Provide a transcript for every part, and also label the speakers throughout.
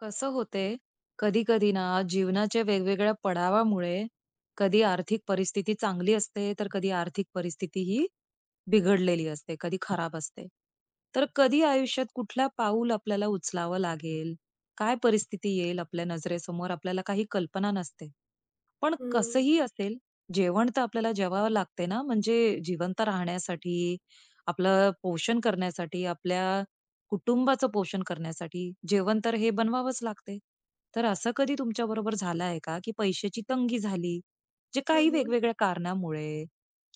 Speaker 1: कसं होते? कधी-कधी ना जीवनाच्या वेगवेगळ्या पडावामुळे कधी आर्थिक परिस्थिती चांगली असते, तर कधी आर्थिक परिस्थिती ही बिघडलेली असते, कधी खराब असते. तर कधी आयुष्यात कुठला पाऊल आपल्याला उचलावं लागेल, काय परिस्थिती येईल आपल्या नजरेसमोर आपल्याला काही कल्पना नसते. पण
Speaker 2: हं.
Speaker 1: कसंही असेल, जेवण तर आपल्याला जेवावं लागते ना, म्हणजे जिवंत राहण्यासाठी, आपलं पोषण करण्यासाठी, आपल्या कुटुंबाचं पोषण करण्यासाठी जेवण तर हे बनवावंच लागते. तर असं कधी तुमच्याबरोबर झालं आहे का, की पैशाची तंगी झाली, जे
Speaker 2: हं,
Speaker 1: काही
Speaker 2: हं.
Speaker 1: वेगवेगळ्या कारणामुळे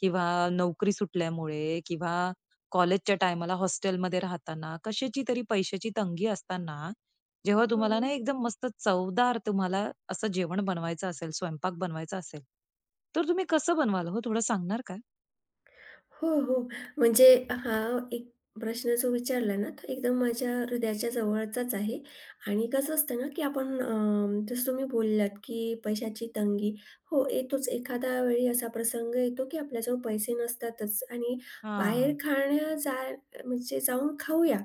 Speaker 1: किंवा नोकरी सुटल्यामुळे किंवा कॉलेजच्या टायमाला हॉस्टेलमध्ये राहताना, कशाची तरी पैशाची तंगी असताना, जेव्हा तुम्हाला ना एकदम मस्त चवदार तुम्हाला असं जेवण बनवायचं असेल, स्वयंपाक बनवायचा असेल, तर तुम्ही कसं बनवाल हो? थोडं सांगणार का?
Speaker 2: हो, हो. म्हणजे हा एक प्रश्न जो विचारला ना, तो एकदम माझ्या हृदयाच्या जवळचाच आहे आणि कसं असतं ना, की आपण जसं तुम्ही बोललात, की पैशाची तंगी. हो, येतोच. एखाद्या वेळी असा प्रसंग येतो, की आपल्याजवळ पैसे नसतातच आणि बाहेर
Speaker 1: हां.
Speaker 2: खाण्या जा म्हणजे जाऊन खाऊया,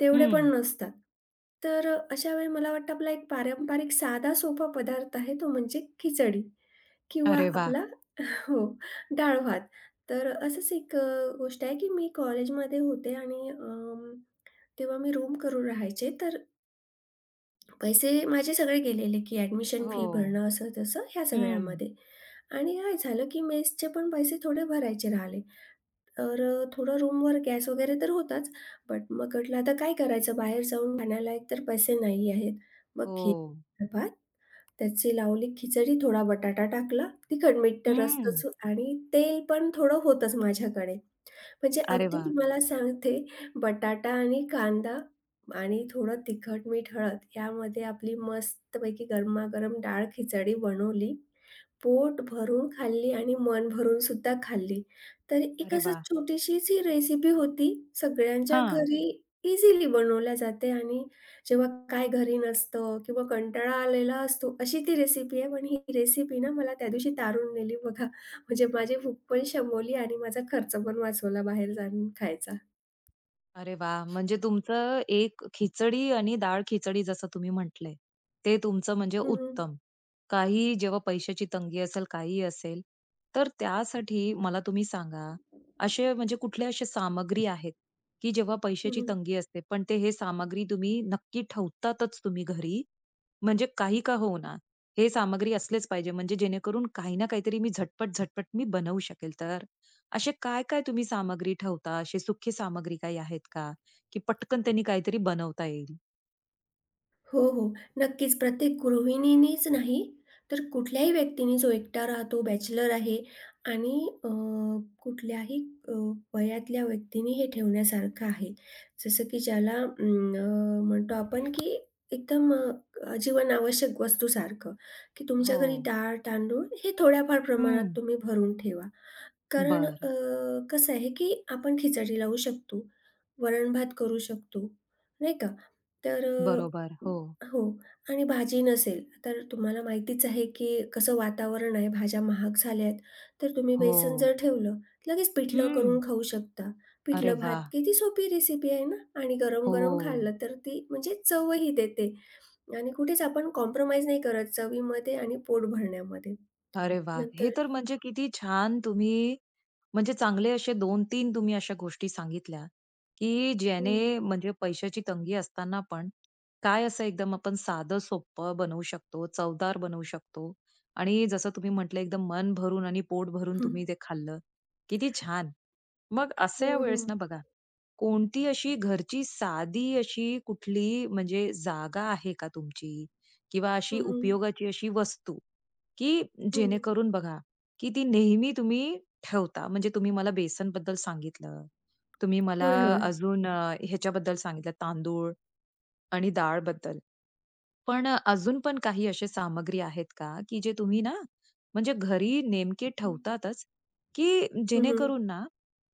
Speaker 2: तेवढे पण
Speaker 1: हं.
Speaker 2: नसतात. तर अशा वेळी मला वाटतं आपला एक पारंपरिक साधा सोपा पदार्थ आहे, तो म्हणजे खिचडी किंवा
Speaker 1: अरे वाह!
Speaker 2: आपला हो, डाळ भात. तर असंच एक गोष्ट आहे, की मी कॉलेजमध्ये होते आणि तेव्हा मी रूम करून राहायचे. तर पैसे माझे सगळे गेलेले, की ॲडमिशन
Speaker 1: हो.
Speaker 2: फी भरणं असं-तसं ह्या
Speaker 1: हं.
Speaker 2: सगळ्यामध्ये. आणि काय झालं, की मेसचे पण पैसे थोडे भरायचे राहिले. तर थोडं रूमवर गॅस वगैरे तर होताच, बट मग म्हटलं आता काय करायचं बाहेर जाऊन खाण्याला एकतर पैसे नाही आहेत. मग
Speaker 1: हो.
Speaker 2: खिचडी भात, त्याची लावली खिचडी, थोडा बटाटा टाकला, तिखट मीठ तर
Speaker 1: हम्म.
Speaker 2: असतंच आणि तेल पण थोडं होतंच माझ्याकडे. म्हणजे
Speaker 1: अरे
Speaker 2: अगदी
Speaker 1: वाह!
Speaker 2: तुम्हाला सांगते बटाटा आणि कांदा आणि थोडं तिखट, मीठ, हळद यामध्ये आपली मस्तपैकी गरमागरम डाळ-खिचडी बनवली. पोट भरून खाल्ली आणि मन भरून सुद्धा खाल्ली. तर एक
Speaker 1: अरे
Speaker 2: असं
Speaker 1: वाह!
Speaker 2: छोटीशीच ही रेसिपी होती. सगळ्यांच्या
Speaker 1: हां.
Speaker 2: घरी इझिली बनवल्या जाते आणि जेव्हा काय घरी नसतं किंवा कंटाळा आलेला असतो, अशी ती रेसिपी आहे. पण ही रेसिपी ना मला त्या दिवशी तारून नेली बघा. म्हणजे माझी भूक पण शमवली आणि माझा खर्च पण वाचवला बाहेर जाऊन खायचा.
Speaker 1: अरे वाह! म्हणजे तुमचं एक खिचडी आणि डाळ-खिचडी जसं तुम्ही म्हटले, ते तुमचं म्हणजे
Speaker 2: हं, हं.
Speaker 1: उत्तम. काही जेव्हा पैशाची तंगी असेल, काही असेल, तर त्यासाठी मला तुम्ही सांगा, असे म्हणजे कुठले असे सामग्री आहेत, की जेव्हा पैशाची तंगी असते, पण ते हे सामग्री तुम्ही नक्की ठेवतातच तुम्ही घरी? म्हणजे काही का होईना, हे सामग्री असलेच पाहिजे, म्हणजे जेणेकरून काही ना काहीतरी मी झटपट, झटपट मी बनवू शकेल तर? असे काय-काय तुम्ही सामग्री ठेवता? अशी सुखी सामग्री काही आहेत का? की पटकन त्यांनी काहीतरी बनवता येईल?
Speaker 2: हो, हो. नक्कीच. प्रत्येक गृहिणीनीच नाही, तर कुठल्याही व्यक्तीने जो एकटा राहतो, बॅचलर आहे आणि अ, कुठल्याही अ, वयातल्या व्यक्तीने हे ठेवण्यासारखं आहे. जसं की ज्याला म्हणतो आपण की एकदम जीवनावश्यक वस्तूसारखं, की तुमच्या
Speaker 1: हो.
Speaker 2: घरी डाळ, तांदूळ हे थोड्याफार
Speaker 1: हं.
Speaker 2: प्रमाणात तुम्ही भरून ठेवा. कारण
Speaker 1: बरं.
Speaker 2: कसं आहे, की आपण खिचडी लावू शकतो, वरण-भात करू शकतो, नाही का? तर
Speaker 1: बरोबर. हो.
Speaker 2: हो आणि भाजी नसेल, तर तुम्हाला माहितीच आहे, की कसं वातावरण आहे, भाज्या महाग झाल्या आहेत. तर तुम्ही
Speaker 1: हो.
Speaker 2: बेसन जर ठेवलं, लगेच पिठलं
Speaker 1: हं.
Speaker 2: करून खाऊ शकता.
Speaker 1: अरे वा,
Speaker 2: पिठलं-भात किती सोपी रेसिपी आहे ना आणि
Speaker 1: हो.
Speaker 2: गरम-गरम खाल्लं तर ती म्हणजे चवही देते आणि कुठेच आपण कॉम्प्रोमाईज नाही करत चवीमध्ये आणि पोट भरण्यामध्ये.
Speaker 1: अरे वा, हे
Speaker 2: नंतर
Speaker 1: तर म्हणजे
Speaker 2: हो.
Speaker 1: किती छान तुम्ही म्हणजे चांगले असे दोन तीन तुम्ही अशा गोष्टी सांगितल्या, की ज्याने म्हणजे पैशाची तंगी असताना पण काय असं एकदम आपण साधं सोपं बनवू शकतो, चवदार बनवू शकतो आणि जसं तुम्ही म्हटलं एकदम मन भरून आणि पोट भरून तुम्ही ते खाल्लं. किती छान. मग
Speaker 2: हो,
Speaker 1: अशा
Speaker 2: हो.
Speaker 1: वेळेस
Speaker 2: हो.
Speaker 1: ना बघा कोणती अशी घरची साधी अशी कुठली म्हणजे जागा आहे का तुमची? किंवा अशी
Speaker 2: हं, हं.
Speaker 1: उपयोगाची अशी वस्तू, की
Speaker 2: हं.
Speaker 1: जेणेकरून बघा, की ती नेहमी तुम्ही ठेवता? म्हणजे तुम्ही मला बेसनबद्दल सांगितलं, तुम्ही मला
Speaker 2: होय, होय.
Speaker 1: अजून ह्याच्याबद्दल सांगितलं तांदूळ आणि डाळबद्दल. पण अजून पण काही असे सामग्री आहेत का, की जे तुम्ही ना, म्हणजे घरी नेमके
Speaker 2: हं,
Speaker 1: ठेवतातच, की
Speaker 2: हं,
Speaker 1: जेणेकरून ना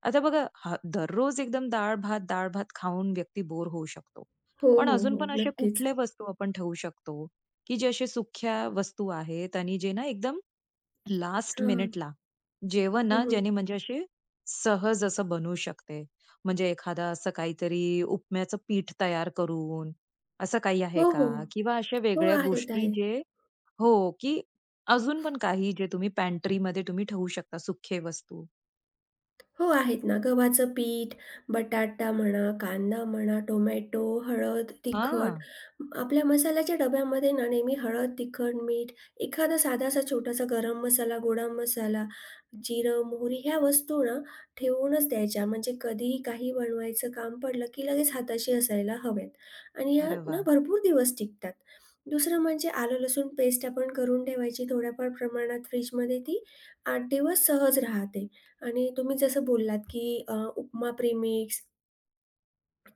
Speaker 1: आता बघा हा दररोज एकदम डाळ-भात, डाळ-भात खाऊन व्यक्ती बोर होऊ शकतो.
Speaker 2: हो,
Speaker 1: पण
Speaker 2: हो,
Speaker 1: अजून
Speaker 2: हो.
Speaker 1: पण असे
Speaker 2: नक्कीच.
Speaker 1: कुठले वस्तू आपण ठेवू शकतो, की जे असे सुख्या वस्तू आहेत आणि जे ना एकदम लास्ट
Speaker 2: हां.
Speaker 1: मिनिटला जेवण
Speaker 2: हं,
Speaker 1: ना
Speaker 2: हं.
Speaker 1: ज्याने म्हणजे असे सहज असं बनवू शकते. म्हणजे एखादा असं काहीतरी उपम्याचं पीठ तयार करून, असं काही
Speaker 2: हो,
Speaker 1: आहे
Speaker 2: हो.
Speaker 1: का? किंवा अशा
Speaker 2: हो,
Speaker 1: वेगळ्या
Speaker 2: आहेत,
Speaker 1: गोष्टी
Speaker 2: आहेत.
Speaker 1: जे हो, की अजून पण काही जे तुम्ही पॅन्ट्रीमध्ये तुम्ही ठेवू शकता सुखे वस्तू?
Speaker 2: हो, आहेत ना. गव्हाचं पीठ, बटाटा म्हणा, कांदा म्हणा, टोमॅटो, हळद, तिखट.
Speaker 1: हं.
Speaker 2: आपल्या मसाल्याच्या डब्यामध्ये ना नेहमी हळद, तिखट, मीठ, एखादा साधासा छोटासा गरम मसाला, गोडा मसाला, जिरं, मोहरी ह्या वस्तू ना ठेवूनच द्यायच्या. म्हणजे कधीही काही बनवायचं काम पडलं, की लगेच हाताशी असायला हव्यात आणि या
Speaker 1: अरे
Speaker 2: ना
Speaker 1: वाह!
Speaker 2: भरपूर दिवस टिकतात. दुसरं म्हणजे आलं लसूण पेस्ट आपण करून ठेवायची थोड्याफार प्रमाणात फ्रिजमध्ये ती 8 दिवस सहज राहते. आणि तुम्ही जसं बोललात, की उपमा प्रेमी,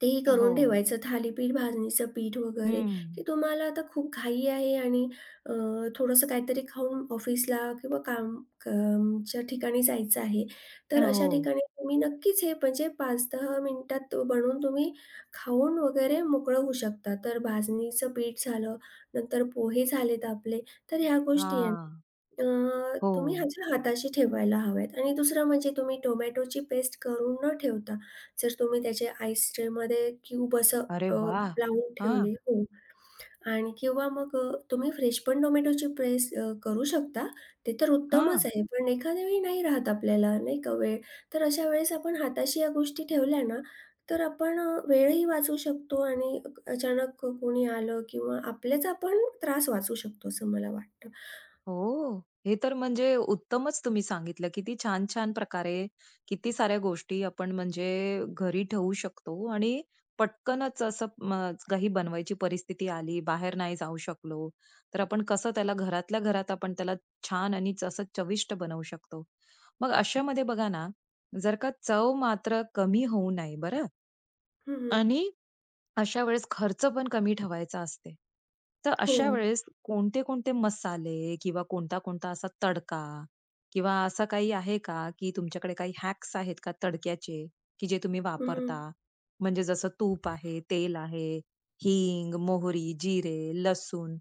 Speaker 2: तेही
Speaker 1: हो.
Speaker 2: करून ठेवायचं. थालीपीठ, भाजणीचं पीठ वगैरे,
Speaker 1: हं.
Speaker 2: की तुम्हाला आता खूप घाई आहे आणि अ, थोडंसं काहीतरी खाऊन ऑफिसला किंवा कामच्या ठिकाणी जायचं आहे. तर अशा
Speaker 1: हो.
Speaker 2: ठिकाणी तुम्ही नक्कीच हे म्हणजे 5-10 मिनिटात तो बनवून तुम्ही खाऊन वगैरे मोकळं होऊ शकता. तर भाजणीचं पीठ झालं, नंतर पोहे झालेत आपले, तर ह्या गोष्टी आहे.
Speaker 1: हां. हो.
Speaker 2: तुम्ही ह्याच्या हाताशी ठेवायला हव्यात आणि दुसरं म्हणजे तुम्ही टोमॅटोची पेस्ट करून न ठेवता जर तुम्ही त्याचे आईस ट्रेमध्ये क्यूब असं
Speaker 1: अरे
Speaker 2: अ,
Speaker 1: वाह!
Speaker 2: लावून
Speaker 1: हां,
Speaker 2: ठेवले हो आणि किंवा मग तुम्ही फ्रेश पण टोमॅटोची प्रेस करू शकता. ते तर
Speaker 1: हां.
Speaker 2: उत्तमच आहे. पण एखाद्या वेळी नाही राहत आपल्याला नाही का वेळ. तर अशा वेळेस आपण हाताशी या गोष्टी ठेवल्या ना, तर आपण वेळही वाचवू शकतो आणि अचानक कोणी आलं किंवा आपल्याचा पण त्रास वाचू शकतो असं मला वाटतं.
Speaker 1: हो. हे तर म्हणजे उत्तमच तुम्ही सांगितलं. किती छान-छान प्रकारे, किती साऱ्या गोष्टी आपण म्हणजे घरी ठेवू शकतो आणि पटकनच असं म काही बनवायची परिस्थिती आली, बाहेर नाही जाऊ शकलो, तर आपण कसं त्याला घरातल्या घरात आपण त्याला छान आणि असं चविष्ट बनवू शकतो. मग अशामध्ये बघा ना, जर का चव मात्र कमी होऊ नये बरं
Speaker 2: हं, हं.
Speaker 1: आणि अशा वेळेस खर्च पण कमी ठेवायचा असते. तर
Speaker 2: हो.
Speaker 1: अशा वेळेस कोणते-कोणते मसाले किंवा कोणता-कोणता असा तडका किंवा असं काही आहे का, की तुमच्याकडे काही हॅक्स आहेत का तडक्याचे, की जे तुम्ही
Speaker 2: हं.
Speaker 1: वापरता? म्हणजे जसं तूप आहे, तेल आहे, हिंग, मोहरी, जिरे, लसूण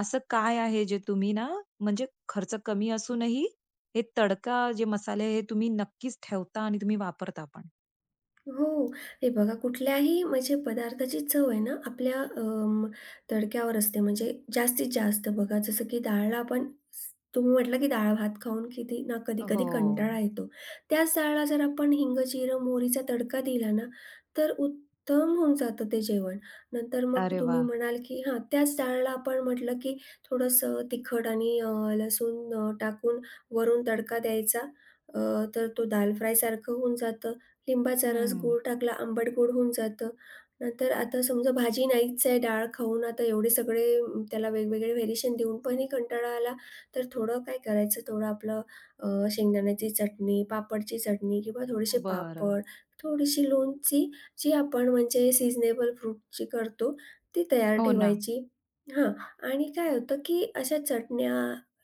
Speaker 1: असं काय आहे जे तुम्ही ना, म्हणजे खर्च कमी असूनही हे तडका जे मसाले हे तुम्ही नक्कीच ठेवता आणि तुम्ही वापरता पण?
Speaker 2: हो. हे बघा कुठल्याही म्हणजे पदार्थाची चव आहे ना आपल्या तडक्यावर असते म्हणजे जास्तीत जास्त बघा जसं की डाळला आपण तुम्ही म्हटलं की डाळ भात खाऊन किती ना कधी-कधी
Speaker 1: हो.
Speaker 2: कंटाळा येतो. त्याच डाळला जर आपण हिंग, जिरं, मोहरीचा तडका दिला ना तर उत्तम होऊन जातं ते जेवण. नंतर मग
Speaker 1: अरे
Speaker 2: तुम्ही
Speaker 1: वाह!
Speaker 2: म्हणाल की हां, त्याच डाळला आपण म्हटलं की थोडंसं तिखट आणि लसूण टाकून वरून तडका द्यायचा अ, तर तो दाल फ्रायसारखं होऊन जातं. लिंबाचा रस, गूळ
Speaker 1: हं.
Speaker 2: टाकला, आंबट गोड होऊन जातं. नंतर आता समजा भाजी नाहीच आहे, डाळ खाऊन आता एवढे सगळे त्याला वेगवेगळे व्हेरिएशन देऊन पण ही कंटाळा आला, तर थोडं काय करायचं, थोडं आपलं शेंगदाण्याची चटणी, पापडची चटणी किंवा थोडेसे
Speaker 1: बरं.
Speaker 2: पापड, थोडीशी लोणची जी आपण म्हणजे सीझनेबल फ्रूटची करतो, ती तयार
Speaker 1: हो ना.
Speaker 2: ठेवायची. हां आणि काय होतं, की अशा चटण्या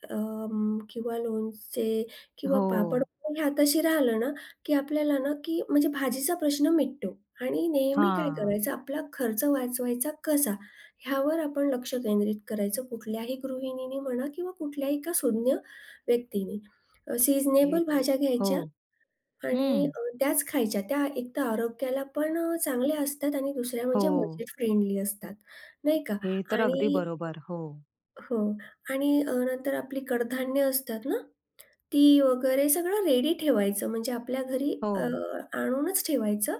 Speaker 2: किंवा लोणचे किंवा
Speaker 1: हो.
Speaker 2: पापड हे हाताशी राहिलं ना, की आपल्याला ना, की म्हणजे भाजीचा प्रश्न मिटतो आणि नेहमी काय
Speaker 1: हां.
Speaker 2: करायचं आपला खर्च वाचवायचा कसा? ह्यावर आपण लक्ष केंद्रित करायचं कुठल्याही गृहिणीने म्हणा किंवा कुठल्याही एका सुज्ञ व्यक्तीने.
Speaker 1: हे
Speaker 2: सीझनेबल भाज्या
Speaker 1: हो.
Speaker 2: घ्यायच्या आणि
Speaker 1: हं.
Speaker 2: त्याच खायच्या. त्या एकतर आरोग्याला पण चांगल्या असतात आणि दुसऱ्या म्हणजे
Speaker 1: हो.
Speaker 2: बजेट फ्रेंडली असतात, नाही का?
Speaker 1: हे तर अगदी
Speaker 2: आणि
Speaker 1: बरोबर. हो.
Speaker 2: हो आणि नंतर आपली कडधान्य असतात ना ती वगैरे सगळं रेडी ठेवायचं म्हणजे आपल्या घरी
Speaker 1: हो.
Speaker 2: आणूनच ठेवायचं,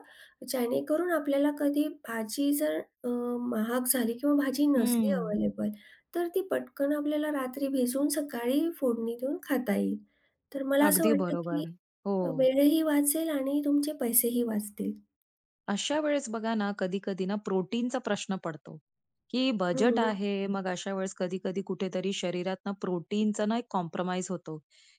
Speaker 2: जेणेकरून आपल्याला कधी भाजी जर अ, महाग झाली किंवा भाजी नसली
Speaker 1: हं.
Speaker 2: अवेलेबल, तर ती पटकन आपल्याला रात्री भिजवून सकाळी फोडणी देऊन खाता येईल. तर मला असं
Speaker 1: अगदी
Speaker 2: वाटतं की
Speaker 1: बरोबर. हो.
Speaker 2: वेळही वाचेल आणि तुमचे पैसेही वाचतील.
Speaker 1: अशा वेळेस बघा ना, कधी-कधी ना प्रोटीनचा प्रश्न पडतो, की बजेट
Speaker 2: हं.
Speaker 1: आहे. मग अशा वेळेस कधी-कधी कुठेतरी शरीरात ना प्रोटीनचा ना एक कॉम्प्रोमाईज होतो,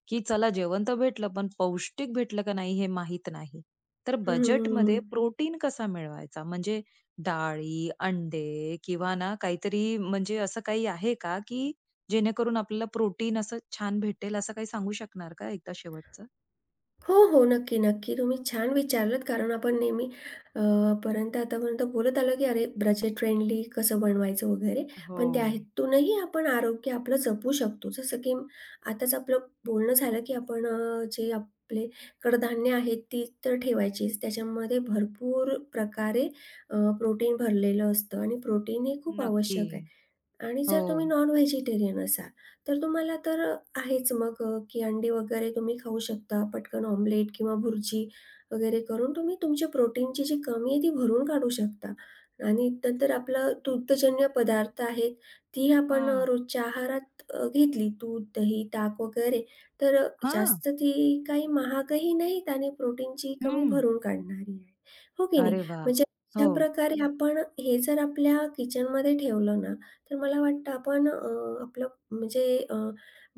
Speaker 1: की चला जेवण तर भेटलं, पण पौष्टिक भेटलं का नाही हे माहीत नाही. तर
Speaker 2: हं, हं,
Speaker 1: बजेटमध्ये
Speaker 2: हं.
Speaker 1: प्रोटीन कसा मिळवायचा? म्हणजे डाळी, अंडे किंवा ना काहीतरी म्हणजे असं काही आहे का, की जेणेकरून आपल्याला प्रोटीन असं छान भेटेल, असं काही सांगू शकणार का एकदा शेवटचं?
Speaker 2: हो, हो. नक्की, नक्की. तुम्ही छान विचारलत कारण आपण नेहमी अ, पर्यंत आतापर्यंत बोलत आलो, की अरे बजेट फ्रेंडली कसं बनवायचं वगैरे.
Speaker 1: हो.
Speaker 2: पण त्या हेतूनही आपण आरोग्य आपलं जपू शकतो. जसं की आताच आपलं बोलणं झालं, की आपण जे आपले कडधान्य आहेत ती तर ठेवायचीच. त्याच्यामध्ये भरपूर प्रकारे प्रोटीन भरलेलं असतं आणि प्रोटीन हे खूप
Speaker 1: नक्की.
Speaker 2: आवश्यक आहे. आणि
Speaker 1: हो.
Speaker 2: जर तुम्ही नॉन व्हेजिटेरियन असाल तर तुम्हाला तर आहेच मग की अंडी वगैरे तुम्ही खाऊ शकता. पटकन ऑमलेट किंवा भुर्जी वगैरे करून तुम्ही तुमच्या प्रोटीनची जी कमी आहे ती भरून काढू शकता. आणि नंतर आपलं दुग्धजन्य पदार्थ आहेत, ती आपण
Speaker 1: हां.
Speaker 2: रोजच्या आहारात घेतली दूध, दही, ताक वगैरे तर
Speaker 1: हां.
Speaker 2: जास्त ती काही महागही नाहीत आणि प्रोटीनची कमी
Speaker 1: हं.
Speaker 2: भरून काढणारी आहे. हो की नाही?
Speaker 1: अरे वा,
Speaker 2: म्हणजे अशा
Speaker 1: हो.
Speaker 2: प्रकारे आपण हे जर आपल्या किचनमध्ये ठेवलं ना, तर मला वाटतं आपण आपलं म्हणजे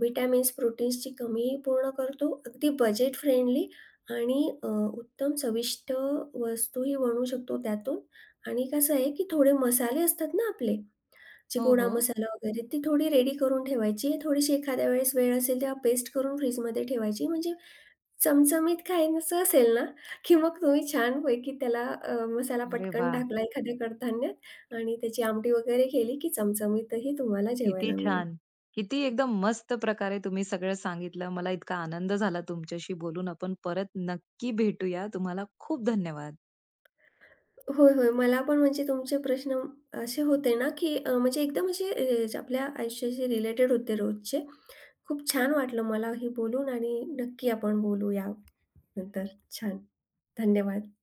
Speaker 2: व्हिटॅमिन्स, प्रोटीन्सची कमीही पूर्ण करतो. अगदी बजेट फ्रेंडली आणि उत्तम चविष्ट वस्तूही बनवू शकतो त्यातून आणि कसं आहे, की थोडे मसाले असतात ना आपले,
Speaker 1: हो,
Speaker 2: चिकोडा
Speaker 1: हो.
Speaker 2: मसाला वगैरे ती थोडी रेडी करून ठेवायची. थोडीशी एखाद्या वेळेस वेळ असेल तेव्हा पेस्ट करून फ्रिजमध्ये ठेवायची. म्हणजे चमचमीत खायचं असेल ना, की मग तुम्ही छानपैकी त्याला मसाला
Speaker 1: अरे
Speaker 2: पटकन
Speaker 1: वा,
Speaker 2: टाकला एखाद्या कडधान्यात आणि त्याची आमटी वगैरे केली, की चमचमीतही तुम्हाला
Speaker 1: किती
Speaker 2: जेवायला मिळेल.
Speaker 1: छान! किती एकदम मस्त प्रकारे तुम्ही सगळं सांगितलं. मला इतका आनंद झाला तुमच्याशी बोलून. आपण परत नक्की भेटूया. तुम्हाला खूप धन्यवाद.
Speaker 2: होय, होय. मला पण म्हणजे तुमचे प्रश्न असे होते ना, की म्हणजे एकदम असे जे आपल्या आयुष्याशी रिलेटेड होते रोजचे. खूप छान वाटलं मला हे बोलून आणि नक्की आपण बोलू यानंतर. छान. धन्यवाद.